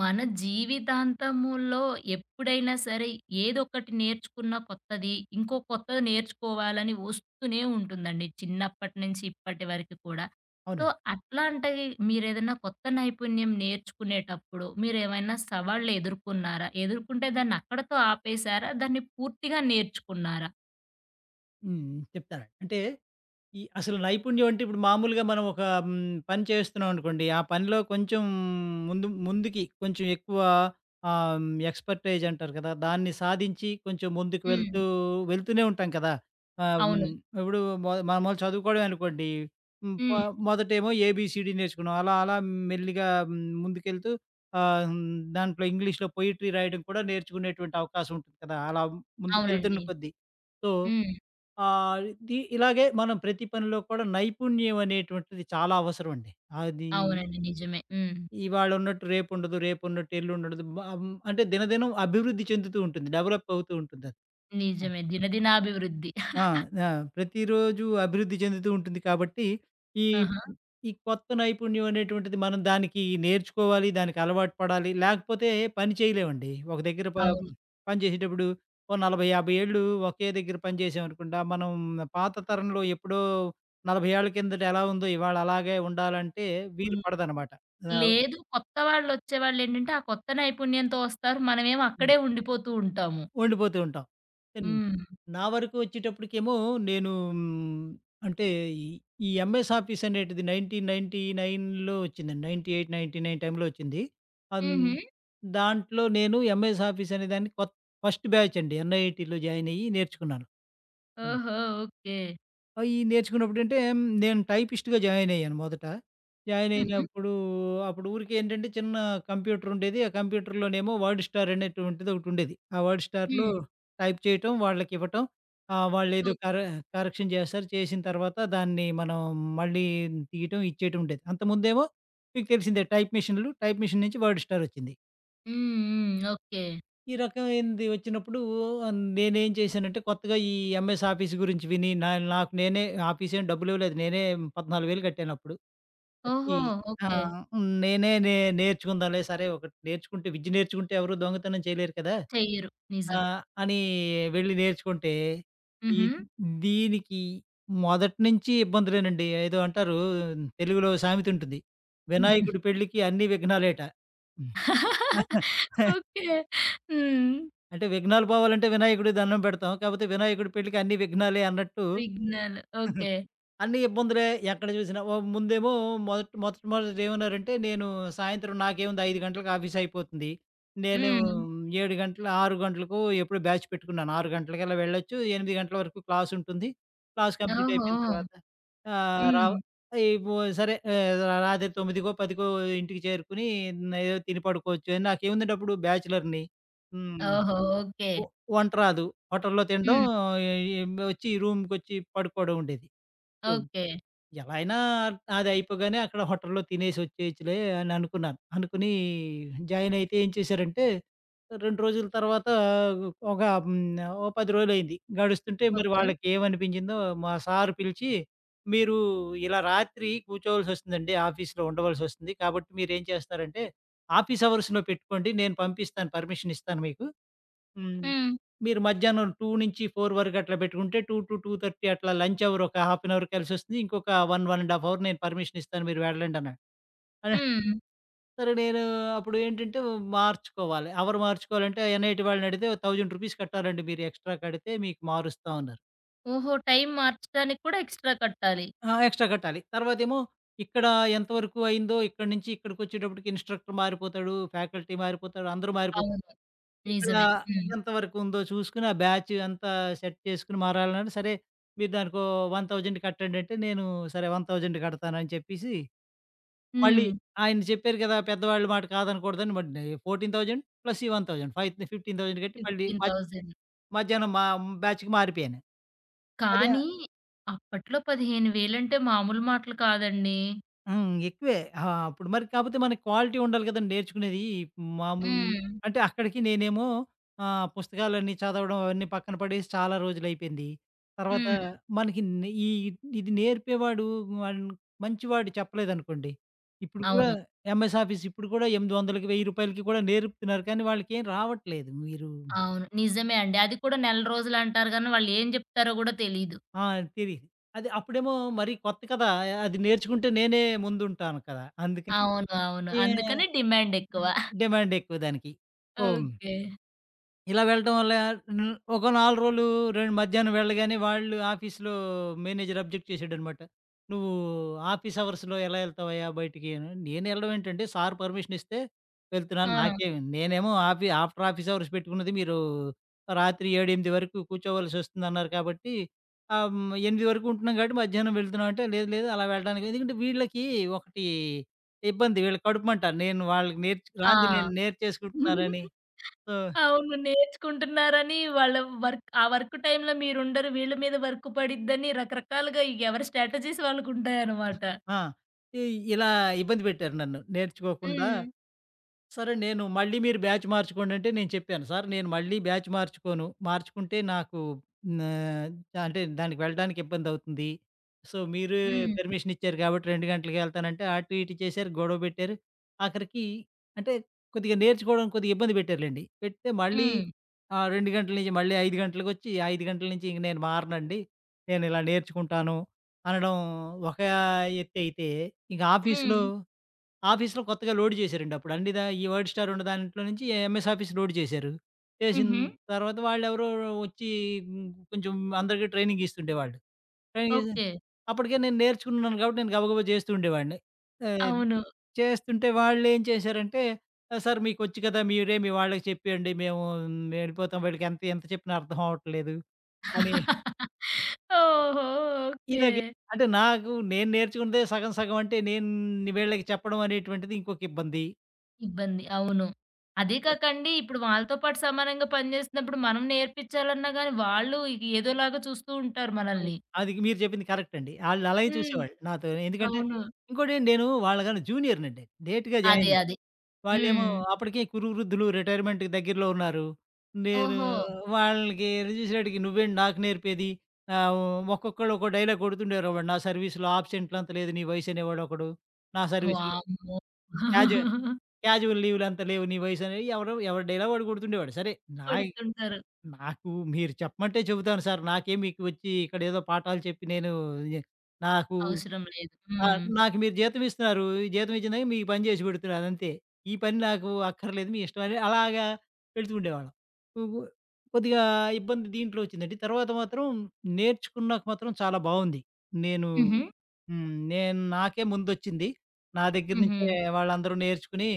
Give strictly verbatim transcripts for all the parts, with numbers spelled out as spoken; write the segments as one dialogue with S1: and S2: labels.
S1: మన జీవితాంతములో ఎప్పుడైనా సరే ఏదో ఒకటి నేర్చుకున్న కొత్తది, ఇంకో కొత్తది నేర్చుకోవాలని వస్తూనే ఉంటుందండి. చిన్నప్పటి నుంచి ఇప్పటి వరకు కూడా. సో,
S2: అవునండి.
S1: అట్లాంటివి మీరేదైనా కొత్త నైపుణ్యం నేర్చుకునేటప్పుడు మీరేమైనా సవాళ్ళు ఎదుర్కొన్నారా? ఎదుర్కొంటే దాన్ని అక్కడితో ఆపేసారా? దాన్ని పూర్తిగా నేర్చుకున్నారా?
S2: హ్మ్. హ్మ్. చెప్తాను. అంటే ఈ అసలు నైపుణ్యం అంటే ఇప్పుడు మామూలుగా మనం ఒక హ్మ్, పని చేస్తున్నాం అనుకోండి. ఆ పనిలో కొంచెం ముందు ముందుకి కొంచెం ఎక్కువ ఆహ్, హ్మ్, ఎక్స్‌పర్టైజ్ అంటారు కదా! దాన్ని సాధించి కొంచెం ముందుకు
S1: హ్మ్.
S2: వెళ్తూ వెళ్తూనే ఉంటాం కదా! ఆహ్,
S1: అవును.
S2: హ్మ్. ఇప్పుడు మొ మామూలు చదువుకోవడమే అనుకోండి. హ్మ్. మొ
S1: హ్మ్.
S2: మొదటేమో ఏబీసీడీ నేర్చుకున్నాం. అలా అలా మెల్లిగా హ్మ్, ముందుకెళ్తూ ఆహ్, హ్మ్, దాంట్లో ఇంగ్లీష్‌లో పొయెట్రీ రాయడం కూడా నేర్చుకునేటువంటి అవకాశం ఉంటుంది కదా! అలా ముందుకెళ్తున్న
S1: అవునండి.
S2: కొద్దీ. సో
S1: హ్మ్.
S2: ఆహ్, ఇది ఇలాగే మనం ప్రతి పనిలో కూడా నైపుణ్యం అనేటువంటిది చాలా అవసరం అండి. అది
S1: అవునండి. నిజమే. హ్మ్.
S2: ఇవాళ ఉన్నట్టు రేపుండదు, రేపున్నట్టు ఎల్లుండుండదు. బ హ్మ్, అంటే దినదినం అభివృద్ధి చెందుతూ ఉంటుంది. డెవలప్ అవుతూ ఉంటుందది.
S1: నిజమే. దినదినాభివృద్ధి.
S2: ఆ! ఆ! ప్రతిరోజు అభివృద్ధి చెందుతూ ఉంటుంది కాబట్టి, ఈ
S1: ఆహా!
S2: ఈ కొత్త నైపుణ్యం అనేటువంటిది మనం దానికి నేర్చుకోవాలి, దానికి అలవాటు పడాలి. లేకపోతే పని చేయలేమండి. ఒక దగ్గర ప
S1: అవును.
S2: పని చేసేటప్పుడు ఓ నలభై, యాభై ఏళ్ళు ఒకే దగ్గర పనిచేసామనుకోండి, ఆ మనం పాత తరంలో ఎప్పుడో నలభై ఏళ్ల కిందట ఎలా ఉందో ఇవాళ అలాగే ఉండాలంటే వీలు పడదనమాట. ఆ!
S1: లేదు. కొత్త వాళ్ళొచ్చేవాళ్ళేంటంటే, ఆ కొత్త నైపుణ్యంతో వస్తారు. మనమేమో అక్కడే ఉండిపోతూ ఉంటాము.
S2: ఉండిపోతూ ఉంటాం. ఎన్
S1: హ్మ్.
S2: నా వరకు వచ్చేటప్పటికేమో నేను హ్మ్, అంటే ఈ ఈ ఎంఎస్ ఆఫీస్ అనేటిది 1999లో వచ్చిందండి. తొంభై ఎనిమిది, తొంభై తొమ్మిది టైమ్‌లో వచ్చింది. అన్
S1: హుహు.
S2: దాంట్లో నేను ఎంఎస్ ఆఫీస్ అనే దాన్ని కొత్ ఫస్ట్ బ్యాచ్ అండి. ఎన్‌ఐటీలో జాయిన్ అయ్యి నేర్చుకున్నాను.
S1: ఓహో! ఓకే.
S2: అయి నేర్చుకున్నప్పుడంటే నేను టైపిస్ట్‌గా జాయిన్ అయ్యాను మొదట. జాయిన్
S1: హుహు.
S2: అయినప్పుడు అప్పుడు ఊరికే ఏంటంటే చిన్న కంప్యూటర్ ఉండేది. ఆ కంప్యూటర్‌లోనేమో వర్డ్ స్టార్ అనేటువంటిది ఒకటుండేది. ఆ వర్డ్ స్టార్‌లో
S1: హ్మ్.
S2: టైప్ చేయటం, వాళ్ళకివ్వటం. ఆహ్, వాళ్ళేదో
S1: ఓకే.
S2: కర కరెక్షన్ చేస్తారు. చేసిన తర్వాత దాన్ని మనం మళ్ళీ తీయటం, ఇచ్చేయటం ఉండేది. అంతకుముందేమో మీకు తెలిసిందే టైప్ మెషిన్‌లు. టైప్ మెషిన్ నుంచి వర్డ్ స్టార్ వచ్చింది.
S1: హ్మ్. హ్మ్. ఓకే.
S2: ఈ రకమైనది వచ్చినప్పుడు ఆహ్, నేనేం చేశానంటే కొత్తగా ఈ ఎంఎస్ ఆఫీస్ గురించి విని నా నాకు నేనే ఆఫీస్ ఏం డబ్బులు ఇవ్వలేదు. నేనే పద్నాలుగు వేలు కట్టాను అప్పుడు. కట్టి
S1: ఓహో!
S2: ఆ!
S1: ఓకే.
S2: నేనే నే నేర్చుకుందాంలే సరే ఒకటి నేర్చుకుంటే విద్య నేర్చుకుంటే ఎవరు దొంగతనం చేయలేరు కదా!
S1: చెయ్యరు.
S2: ఆ!
S1: నిజం.
S2: అని వెళ్లి నేర్చుకుంటే ఈ
S1: హుహు.
S2: దీనికి మొదటి నుంచి ఇబ్బందులేనండి. ఏదో అంటారు తెలుగులో సామెత ఉంటుంది. వినాయకుడి పెళ్ళికి అన్ని విఘ్నాలేట.
S1: ఓకే. హ్మ్.
S2: అంటే విఘ్నాలు పోవాలంటే వినాయకుడికి దండం పెడతాం. కాపోతే వినాయకుడి పెళ్ళికి అన్ని విఘ్నాలే అన్నట్టు
S1: విఘ్నాలు. ఓకే.
S2: అన్ని ఇబ్బందులే ఎక్కడ చూసినా. ఓ ముందేమో మొదట మొదట మొదట ఏమన్నారంటే నేను సాయంత్రం నాకేముంది ఐదు గంటలకు ఆఫీస్ అయిపోతుంది. నేను
S1: హ్మ్.
S2: ఏడు గంటల ఆరు గంటలకో ఎప్పుడో బ్యాచ్ పెట్టుకున్నాను. ఆరు గంటలకల్లా వెళ్ళొచ్చు. ఎనిమిది గంటల వరకు క్లాస్ ఉంటుంది. క్లాస్ కంప్లీట్
S1: ఓహో!
S2: అయిపోయిన తర్వాత ఆహ్, రావ
S1: హ్మ్.
S2: ఈ బొ సరే ఆహ్, రాత్రి 9కో, 10కో ఇంటికి చేరుకొని ఏదో తిని పడుకోవచ్చు. నాకేముందండి అప్పుడు బ్యాచిలర్‌ని. హ్మ్.
S1: ఓహో! ఓకే.
S2: వ వంట రాదు. హోటల్‌లో తినడం
S1: హ్మ్.
S2: ఈ ఈ వచ్చి రూమ్‌కొచ్చి పడుకోవడం ఉండేది. So,
S1: okay.
S2: ఎలా అయినా అది అయిపోగానే అక్కడ హోటల్‌లో తినేసి వచ్చేయచ్చులే అని అనుకున్నాను. అనుకుని జాయిన్ అయితే ఏం చేశారంటే రెండు రోజుల తర్వాత ఒక హ్మ్, ఓ పది రోజులయింది. గడుస్తుంటే మరి
S1: ఓకే.
S2: వాళ్ళకి ఏమనిపించిందో మా సార్ పిలిచి, "మీరు ఇలా రాత్రి కూర్చోవాల్సొస్తుందండి ఆఫీస్‌లో ఉండవలసొస్తుంది. కాబట్టి మీరేం చేస్తారంటే ఆఫీస్ అవర్స్‌లో పెట్టుకోండి. నేను పంపిస్తాను పర్మిషన్ ఇస్తాను మీకు." హ్మ్.
S1: హ్మ్.
S2: మీరు మధ్యాహ్నం రెండు నుంచి నాలుగు వరకు అట్లా పెట్టుకుంటే రెండు-రెండున్నర అట్లా లంచ్ అవర్ ఒక హాఫ్ అన్ అవర్ కలిసొస్తుంది. ఇంకొక ఒకటి, ఒకటి ½ అవర్ నేను పర్మిషన్ ఇస్తాను మీరు వెళ్ళండన్నాడు. అదే
S1: హ్మ్.
S2: సరే నేను అప్పుడు ఏంటంటే మార్చుకోవాలి. అవర్ మార్చుకోవాలంటే ఎన్ఐటీ వాళ్ళని అడిగితే రూ. వెయ్యి రూపీస్ కట్టాలండి మీరు ఎక్స్‌ట్రా కడితే మీకు మారుస్తాం అన్నారు.
S1: ఓహో! టైం మార్చడానికి కూడా ఎక్స్‌ట్రా కట్టాలి.
S2: ఆ! ఎక్స్‌ట్రా కట్టాలి. తర్వాతేమో ఇక్కడ ఎంతవరకు అయిందో ఇక్కడి నుంచి ఇక్కడికొచ్చేటప్పటికి ఇన్‌స్ట్రక్టర్ మారిపోతాడు, ఫ్యాకల్టీ మారిపోతారు, అందరూ మారిపోతారు.
S1: అవును.
S2: ఇక్కడ
S1: నిజమే. హ్మ్.
S2: ఎంతవరకు ఉందో చూసుకొని, ఆ బ్యాచ్ అంతా సెట్ చేసుకొని మారాలన్నాడు. సరే, మీరు దానికో వెయ్యి కట్టండి అంటే, నేను సరే వెయ్యి కడతానని చెప్పేసి, మళ్ళీ
S1: హ్మ్.
S2: ఆయన చెప్పారు కదా! పెద్దవాళ్ళ మాట కాదనకూడదని మరి పద్నాలుగు వేలు ప్లస్ ఈ వెయ్యి ఫైవ్ పదిహేను వేలు కట్టి మళ్ళీ మధ్
S1: పదిహేను వేలు.
S2: మధ్యాహ్నం మా బ్యాచ్‌కి మారిపోయాను. మధ్య
S1: కానీ అప్పట్లో పదిహేను వేలు అంటే మామూలు మాటలు కాదండి.
S2: హ్మ్. ఎక్కువే. ఆ! అప్పుడు మరి కాపోతే మనకి క్వాలిటీ ఉండాలి గదండీ నేర్చుకునేది. మామూలు
S1: హ్మ్.
S2: అంటే అక్కడికి నేనేమో ఆహ్, పుస్తకాలన్నీ చదవడం అవన్నీ పక్కన పడేసి చాలా రోజులైపోయింది. తర్వాత
S1: హ్మ్.
S2: మనకి నే ఈ ఇది నేర్పేవాడు వన్ మంచివాడు చెప్పలేదనుకోండి, ఇప్పుడు కూడా
S1: అవును.
S2: ఎంఎస్ ఆఫీస్ ఇప్పుడు కూడా 800కి, రూ. 1000కి కూడా నేర్పుతున్నారు. కానీ వాళ్ళకేం రావట్లేదు. మీరు
S1: అవును. నిజమే అండి. అది కూడా నెల రోజులు అంటారు గానీ వాళ్ళు ఏం జెప్తారో గూడా తెలీదు.
S2: ఆ! తెలీదు. అది అప్పుడేమో మరి కొత్త కదా! అది నేర్చుకుంటే నేనే ముందుంటాను కదా! అందుకని
S1: అవును. అవును.
S2: ఏ
S1: అందుకని డిమాండ్ ఎక్కువ.
S2: డిమాండ్ ఎక్కువ దానికి. So
S1: okay.
S2: ఇలా వెళ్ళటం వల్ల న్ ఒక నాలుగు రోజులు రెం మధ్యాహ్నం వెళ్ళగానే వాళ్ళు ఆఫీస్‌లో మేనేజర్ అబ్జెక్ట్ చేసాడనమాట. "నువ్వు ఆఫీస్ అవర్స్‌లో ఎలా ఎళ్తావయ్యా బయటికి" అని. నేను ఎళ్ళడం ఏంటండి సార్ పర్మిషన్ ఇస్తే వెళ్తున్నాను.
S1: ఆ!
S2: నాకేమి నేనేమో ఆఫీ ఆఫ్టర్ ఆఫీస్ అవర్స్ పెట్టుకున్నది మీరు రాత్రి ఏడు, ఎనిమిది వరకు కూర్చోవలసొస్తుందన్నారు కాబట్టి ఆహ్, హ్మ్. ఎనిమిది వరకు ఉంటున్నాం కాబట్టి మధ్యాహ్నం వెళ్తున్నాం అంటే, "లేదు లేదు అలా వెళ్ళడానికి" ఎందుకంటే వీళ్ళకి ఒకటి ఇబ్బంది వీళ్ళ కడుపుమంట. నేను వాళ్ళకి నేర్చు రాంది
S1: ఆ!
S2: నేను నేర్చేసుకుంటున్నానని. సో
S1: అవును. నేర్చుకుంటున్నారని వాళ్ళ వర్క్ ఆ వర్క్ టైమ్‌లో మీరుండరు. వీళ్ళ మీద వర్క్ పడిద్దని రకరకాలుగా ఎవరి స్ట్రాటజీస్ వాళ్ళకుంటాయన్నమాట.
S2: ఆ! ఇ ఇలా ఇబ్బంది పెట్టారు నన్ను. నేర్చుకోకుండా,
S1: హ్మ్.
S2: ఓకే. సరే నేను మళ్ళీ మీరు బ్యాచ్ మార్చుకోండంటే నేను చెప్పాను. సార్ నేను మళ్ళీ బ్యాచ్ మార్చుకోను. మార్చుకుంటే నాకు నా అంటే దానికి వెళ్ళడానికి ఇబ్బందవుతుంది. సో, మీరు
S1: హ్మ్.
S2: పర్మిషన్ ఇచ్చారు కాబట్టి రెండు గంటలకి ఎళ్తానంటే అటు ఇటు చేశారు, గొడవ పెట్టారు. ఆఖరికి అంటే కొద్దిగా నేర్చుకోవడానికి కొద్దిగా ఇబ్బంది పెట్టారులెండి. పెడితే మళ్ళీ
S1: హ్మ్.
S2: ఆ! రెండు గంటల నుంచి మళ్ళీ ఐదు గంటలకొచ్చి ఐదు గంటల నుంచి ఇంక నేను మారనండి. నేనిలా నేర్చుకుంటాను అనడం ఒక ఎత్తయితే, ఇంక ఆఫీస్‌లో
S1: హ్మ్.
S2: ఆఫీస్‌లో కొత్తగా లోడ్ చేశారండి అప్పుడు. అన్ని దా ఈ వర్డ్ స్టార్ ఉన్న దాంట్లో నుంచి ఎంఎస్ ఆఫీస్ లోడ్ చేశారు. చేసిన
S1: హుహు.
S2: తర్వాత వాళ్ళెవరో వచ్చి హ్మ్, కొంచెం అందరికీ ట్రైనింగ్ ఇస్తుండేవాళ్ళు. ట్రైనింగ్ ఇస్తే
S1: ఓకే.
S2: అప్పటికే నేను నేర్చుకున్నాను కాబట్టి నేను గబగబా చేస్తూ ఉండేవాడిని. ఆహ్,
S1: అవును.
S2: చేస్తుంటే వాళ్ళేం చేశారంటే, "ఆ! సార్ మీకొచ్చు కదా! మీరే మీ వాళ్ళకి చెప్పియండి. మేము వెళ్ళిపోతాం. వీళ్ళకి ఎంత ఎంత చెప్పినా అర్థం అవ్వట్లేదు" అని
S1: ఓహో! ఓకే.
S2: ఇలాగే అంటే నాకు నేను నేర్చుకున్నదే సగం సగం అంటే నేను వీళ్ళకి చెప్పడం అనేటువంటిది ఇంకొక ఇబ్బంది.
S1: ఇబ్బంది. అవును. అదే కాకండి ఇప్పుడు వాళ్ళతో పాటు సమానంగా పనిచేస్తున్నప్పుడు మనం నేర్పించాలన్నా గాని వాళ్ళు ఇ ఏదోలాగా చూస్తూ ఉంటారు
S2: అయి
S1: మనల్ని.
S2: అది మీరు చెప్పింది కరెక్ట్ అండి. ఆళ్ళు అలాగే
S1: హ్మ్.
S2: చూసేవాళ్ళు నాతో. ఎందుకంటే
S1: అవును.
S2: ఇంకోటి ఏంటి, నేను వాళ్ళకన్నా జూనియర్‌నండి. లేట్‌గా
S1: అదే.
S2: జాయిన్ అయ్యి.
S1: అదే.
S2: వాళ్ళేమో
S1: హ్మ్.
S2: అప్పటికే కురు వృద్ధులు రిటైర్మెంట్‌కి దగ్గరలో ఉన్నారు. నేను
S1: ఓహో!
S2: వాళ్ళకి చూసేటప్పటికి "నువ్వేంటి నాకు నేర్పేది?" ఆహ్, ఒక్కొక్కళ్ళు ఒక్కో డైలాగ్ కొడుతుండేవారు. వాడు "నా సర్వీస్‌లో ఆబ్సెంట్లు అంత లేదు నీ వయసు" అనేవాడు ఒకడు. "నా సర్వీస్‌లో
S1: వామ్మో!
S2: క్యాజువల్ క్యాజువల్ లీవ్‌లు అంత లేవు నీ వయసు" అని ఎవరో ఎవరి డైలాగ్ వాడు కొడుతుండేవాడు. సరే నా
S1: కొడుతుంటారు.
S2: నాకు మీరు చెప్పమంటే చెబుతాను సార్. నాకేం మీకు వచ్చి ఇక్కడేదో పాఠాలు చెప్పి నేను ఏ- నాకు
S1: అవసరం లేదు.
S2: ఆ!
S1: హ్మ్.
S2: నాకు మీరు జీతం ఇస్తున్నారు. ఈ జీతం ఇచ్చినందుకు మీకు పని చేసి పెడుతున్నాను అంతే. ఈ పని నాకు అక్కర్లేదు మీ ఇష్టం అని అలాగా పెడుతుండేవాళ్ళం. ఉగు కొద్దిగా ఇబ్బంది దీంట్లో వచ్చిందండి. తర్వాత మాత్రం నేర్చుకున్నాక మాత్రం చాలా బావుంది. నేను
S1: హుహు.
S2: హ్మ్. నేను నాకే ముందొచ్చింది. నా దగ్గర
S1: హుహు.
S2: నుంచే వాళ్ళందరూ నేర్చుకుని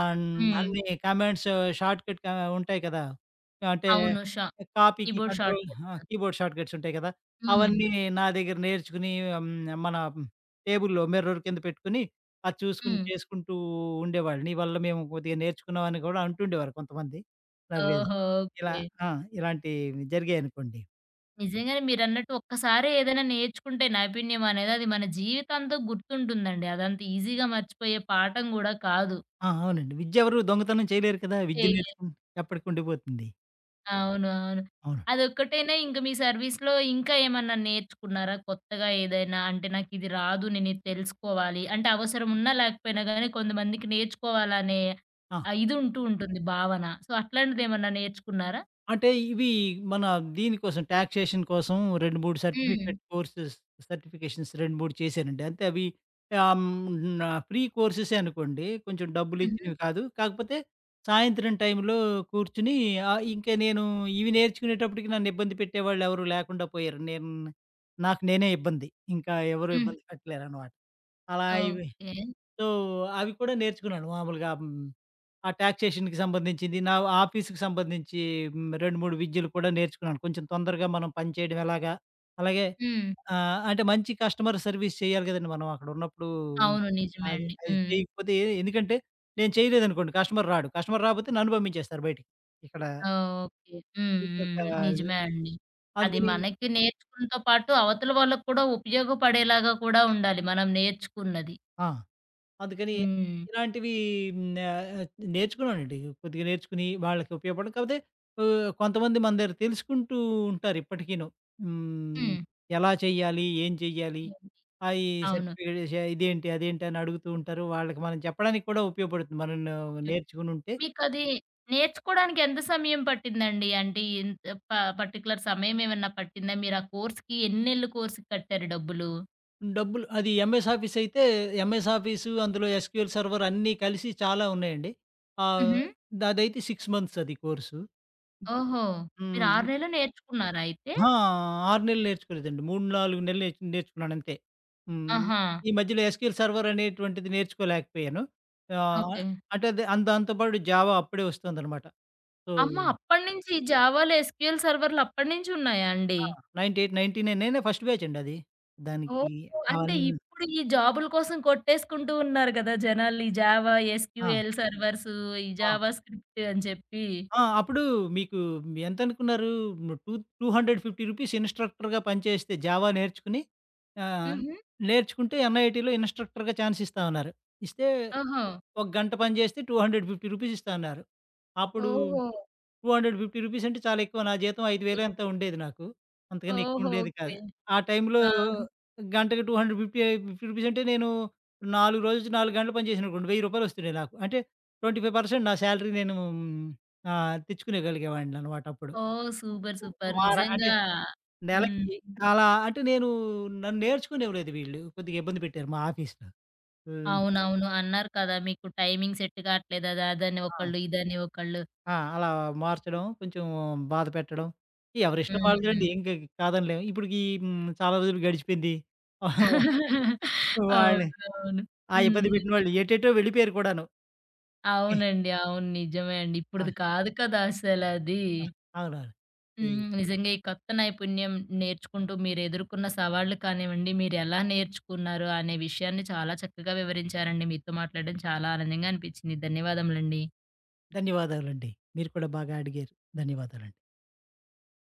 S2: ఆహ్,
S1: హ్మ్.
S2: అన్ని కమాండ్స్ షార్ట్‌కట్ కా ఉంటాయి కదా! అంటే
S1: అవును. షా
S2: కాపీకి
S1: కీబోర్డ్
S2: కంట్రోల్ ఆ!
S1: షార్ట్‌కట్స్.
S2: కీబోర్డ్ షార్ట్‌కట్స్ ఉంటాయి కదా!
S1: హ్మ్.
S2: అవన్నీ నా దగ్గర నేర్చుకుని హ్మ్. మన టేబుల్‌లో మిర్రర్ కింద పెట్టుకొని, అది చూసుకుని
S1: హ్మ్.
S2: చేసుకుంటూ ఉండేవాళ్ళు. నీ వల్ల మేము కొద్దిగా నేర్చుకున్నాం అని కూడా అంటుండేవారు కొంతమంది. నలుగైదు.
S1: ఓహో!
S2: ఇలా
S1: ఓకే.
S2: ఆ! ఇలాంటివి జరిగాయనుకోండి.
S1: నిజంగానే మీరన్నట్టు ఒక్కసారి ఏదైనా నేర్చుకుంటే నైపుణ్యం అనేది అది మన జీవితాంతం గుర్తుంటుందండి. అదంత ఈజీగా మర్చిపోయే పాఠం గూడా కాదు.
S2: ఆ! అవునండి. విద్య ఎవరు దొంగతనం చేయలేరు కదా! విద్య
S1: చేయలే
S2: నేర్చుకుని ఎప్పటికి ఉండిపోతుంది.
S1: అవును. అవును.
S2: అవును.
S1: అదొక్కటేనా? ఇంక మీ సర్వీస్‌లో ఇంకా ఏమన్నా నేర్చుకున్నారా? కొత్తగా ఏదైనా, అంటే నాకిది రాదు, నేనిది తెలుసుకోవాలి, అంటే అవసరం ఉన్నా లేకపోయినా గానీ కొంతమందికి నేర్చుకోవాలనే,
S2: ఆ!
S1: ఆహ్, ఇది ఉంటూ ఉంటుంది భావన. సో, అట్లాంటిదేమన్నా నేర్చుకున్నారా?
S2: అంటే ఇవి మన దీనికోసం టాక్సేషన్ కోసం రెండు, మూడు
S1: హ్మ్.
S2: సర్టిఫికేట్ కోర్సెస్ సర్టిఫికేషన్స్ రెండు, మూడు చేశానండి. అంతే అవి ఆహ్, హ్మ్. ఫ్రీ కోర్సెసే అనుకోండి. కొంచెం
S1: హుహు.
S2: డబ్బులిచ్చినవి కాదు. కాకపోతే సాయంత్రం టైంలో కూర్చొని ఆహ్, ఇంక నేను ఇవి నేర్చుకునేటప్పటికి నన్ను ఇబ్బంది పెట్టేవాళ్ళెవరు లేకుండా పోయారు. నేను నాకు నేనే ఇబ్బంది. ఇంకా ఎవరు
S1: హ్మ్.
S2: ఇబ్బంది పెట్టలేరనమాట. అలా ఇవి
S1: ఓకే.
S2: సో, అవి కూడా నేర్చుకున్నాను మామూలుగా హ్మ్. ఆ టాక్సేషన్‌కి సంబంధించింది. నా ఆఫీస్‌కి సంబంధించి హ్మ్, రెండు, మూడు విద్యలు కూడా నేర్చుకున్నాను. కొంచెం తొందరగా మనం పని చేయడం ఎలాగా, అలాగే
S1: హ్మ్.
S2: ఆహ్, అంటే మంచి కస్టమర్ సర్వీస్ చేయాలి కదండీ మనం అక్కడున్నప్పుడు.
S1: అవును. నిజమే
S2: అది
S1: అండి.
S2: అది
S1: హ్మ్.
S2: చేయకపోతే ఎ ఎందుకంటే నేను చేయలేదనుకోండి కస్టమర్ రాడు. కస్టమర్ రాపోతే నన్ను పంపించేస్తారు బయటికి. ఇక్కడ
S1: ఓకే. హ్మ్.
S2: ఇదొక
S1: హ్మ్. నిజమే అండి. అది
S2: అందుకని
S1: మనకి నేర్చుకున్నతో పాటు అవతల వాళ్ళకి కూడా ఉపయోగపడేలాగా కూడా ఉండాలి మనం నేర్చుకున్నది.
S2: ఆ! అందుకని
S1: హ్మ్.
S2: ఇలాంటివి హ్మ్, ఆహ్, నేర్చుకున్నానండి. కొద్దిగా నేర్చుకుని వాళ్ళకి ఉపయోగపడడం. కాకపోతే ఆహ్, కొంతమంది మన దగ్గర తెలుసుకుంటూ ఉంటారు ఇప్పటికీను. హ్మ్.
S1: హ్మ్.
S2: ఎలా చేయాలి? ఏం చెయ్యాలి?
S1: ఏంటి?
S2: అయి
S1: అవును.
S2: సర్టిఫికేట్ ష ఇదేంటి? అదేంటి? అని అడుగుతూ ఉంటారు. వాళ్ళకి మనం చెప్పడానికి కూడా ఉపయోగపడుతుంది. మనం నేర్చుకొనుంటే
S1: మీకది నేర్చుకోవడానికి ఎంత సమయం పట్టిందండి? అంటే ఇంత ప పర్టిక్యులర్ సమయం ఏమన్నా పట్టిందా? మీరు ఆ కోర్స్‌కి ఎన్నేళ్లు కోర్స్‌కి కట్టారు డబ్బులు?
S2: డబ్బులు అది ఎంఎస్ ఆఫీస్ అయితే ఎంఎస్ ఆఫీసు అందులో ఎస్‌క్యూఎల్ సర్వర్ అన్నీ కలిసి చాలా ఉన్నాయండి. ఆహ్,
S1: హుహు.
S2: అదైతే సిక్స్ మంత్స్ అది కోర్సు.
S1: ఓహో! మీరు
S2: హ్మ్.
S1: ఆరు నెలలు నేర్చుకున్నారా అయితే?
S2: ఆ! ఆరు నెలలు నేర్చుకోలేదండి. మూడు, నాలుగు నెలలు నేర్చ్ నేర్చుకున్నానంతే. హ్మ్.
S1: ఆహా!
S2: ఈ మధ్యలో ఎస్‌క్యూఎల్ సర్వర్ అనేటువంటిది నేర్చుకోలేకపోయాను. ఆహ్,
S1: ఓకే.
S2: అంటే అది ఆన్ దాంతో పాటు జావా అప్పుడే వస్తుందనమాట. సో
S1: అమ్మ! అప్పటినుంచి ఈ జావాలో ఎస్‌క్యూఎల్ సర్వర్‌లు అప్పటినుంచి ఉన్నాయా అండి?
S2: ఆ! తొంభై ఎనిమిది, తొంభై తొమ్మిది నేనే ఫస్ట్ బ్యాచ్ అండి అది. దానికి
S1: ఓహో! అంటే
S2: అవన్నీ
S1: ఇప్పుడు ఈ జాబుల కోసం కొట్టేసుకుంటూ ఉన్నారు గదా! జనాలు ఈ జావా, ఎస్‌క్యూఎల్
S2: ఆ!
S1: సర్వర్సు, ఈ
S2: ఆ!
S1: జావా స్క్రిప్ట్ అని చెప్పి.
S2: ఆ! అప్పుడు మీకు ఎంతనుకున్నారు? Two two hundred fifty rupees ఇన్‌స్ట్రక్టర్‌గా పనిచేస్తే జావా నేర్చుకుని ఆహ్,
S1: హుహు.
S2: నేర్చుకుంటే ఎన్ఐటీలో ఇన్‌స్ట్రక్టర్‌గా ఛాన్స్ ఇస్తా ఉన్నారు. ఇస్తే
S1: ఓహో!
S2: ఒక గంట పని చేస్తే రెండు వందల యాభై రూపీస్ ఇస్తా అన్నారు. అప్పుడు
S1: ఓహో!
S2: రెండు వందల యాభై రూపీస్ అంటే చాలా ఎక్కువ. నా జీతం ఐదు వేలు ఎంతో ఉండేది నాకు. అంతకన్నా ఎక్కువ
S1: ఓహో!
S2: ఉండేది
S1: ఓకే.
S2: కాదు. ఆ టైంలో
S1: ఆ!
S2: గంటకి రెండు వందల యాభై రూపీస్ అంటే నేను నాలుగు రోజులు నాలుగు గంటలు పని చేశాననుకోండి రూ. వెయ్యి వస్తుండే నాకు. అంటే ఇరవై ఐదు శాతం నా సాలరీ నేను ఆహ్, తెచ్చుకునేగలిగేవాడిననమాట అప్పుడు.
S1: ఓహ్! సూపర్. సూపర్.
S2: వార అంటే
S1: నిజంగా. హ్మ్.
S2: నెలకి అలా అంటే నేను నన్ను నేర్చుకునేవ్వలేదు వీళ్ళు. కొద్దిగా ఇబ్బంది పెట్టారు మా ఆఫీస్‌లో. హ్మ్.
S1: అవునవును. అన్నారు కదా! మీకు టైమింగ్ సెట్ కావట్లేదు అది అదని
S2: ఆ!
S1: ఒకళ్ళు, ఇదని ఒకళ్ళు.
S2: ఆ! అలా మార్చడం, కొంచెం బాధ పెట్టడం. ఎవరిష్టం
S1: హ్మ్.
S2: వాళ్ళదండి. ఇంక కాదనలేం. ఇప్పటికి హ్మ్, చాలా రోజులు గడిచిపోయింది. వాళ్ళని
S1: అవునవును.
S2: ఆ ఇబ్బంది పెట్టిన
S1: హ్మ్.
S2: వాళ్ళు ఎటేటో వెళ్ళిపోయారు కూడాను.
S1: అవునండి. అవును. నిజమే అండి.
S2: ఆ!
S1: ఇప్పుడుది కాదు కదా! అసలది.
S2: ఆ! అవునవును. ఈ
S1: హ్మ్. నిజంగా ఈ కొత్త నైపుణ్యం నేర్చుకుంటూ మీరెదుర్కొన్న సవాళ్లు కానివ్వండి, మీరెలా నేర్చుకున్నారు అనే విషయాన్ని చాలా చక్కగా వివరించారండి. మీతో మాట్లాడడం చాలా ఆనందంగా అనిపించింది. ధన్యవాదములండి.
S2: ధన్యవాదాలండి. మీరు కూడా బాగా అడిగారు. ధన్యవాదాలండి.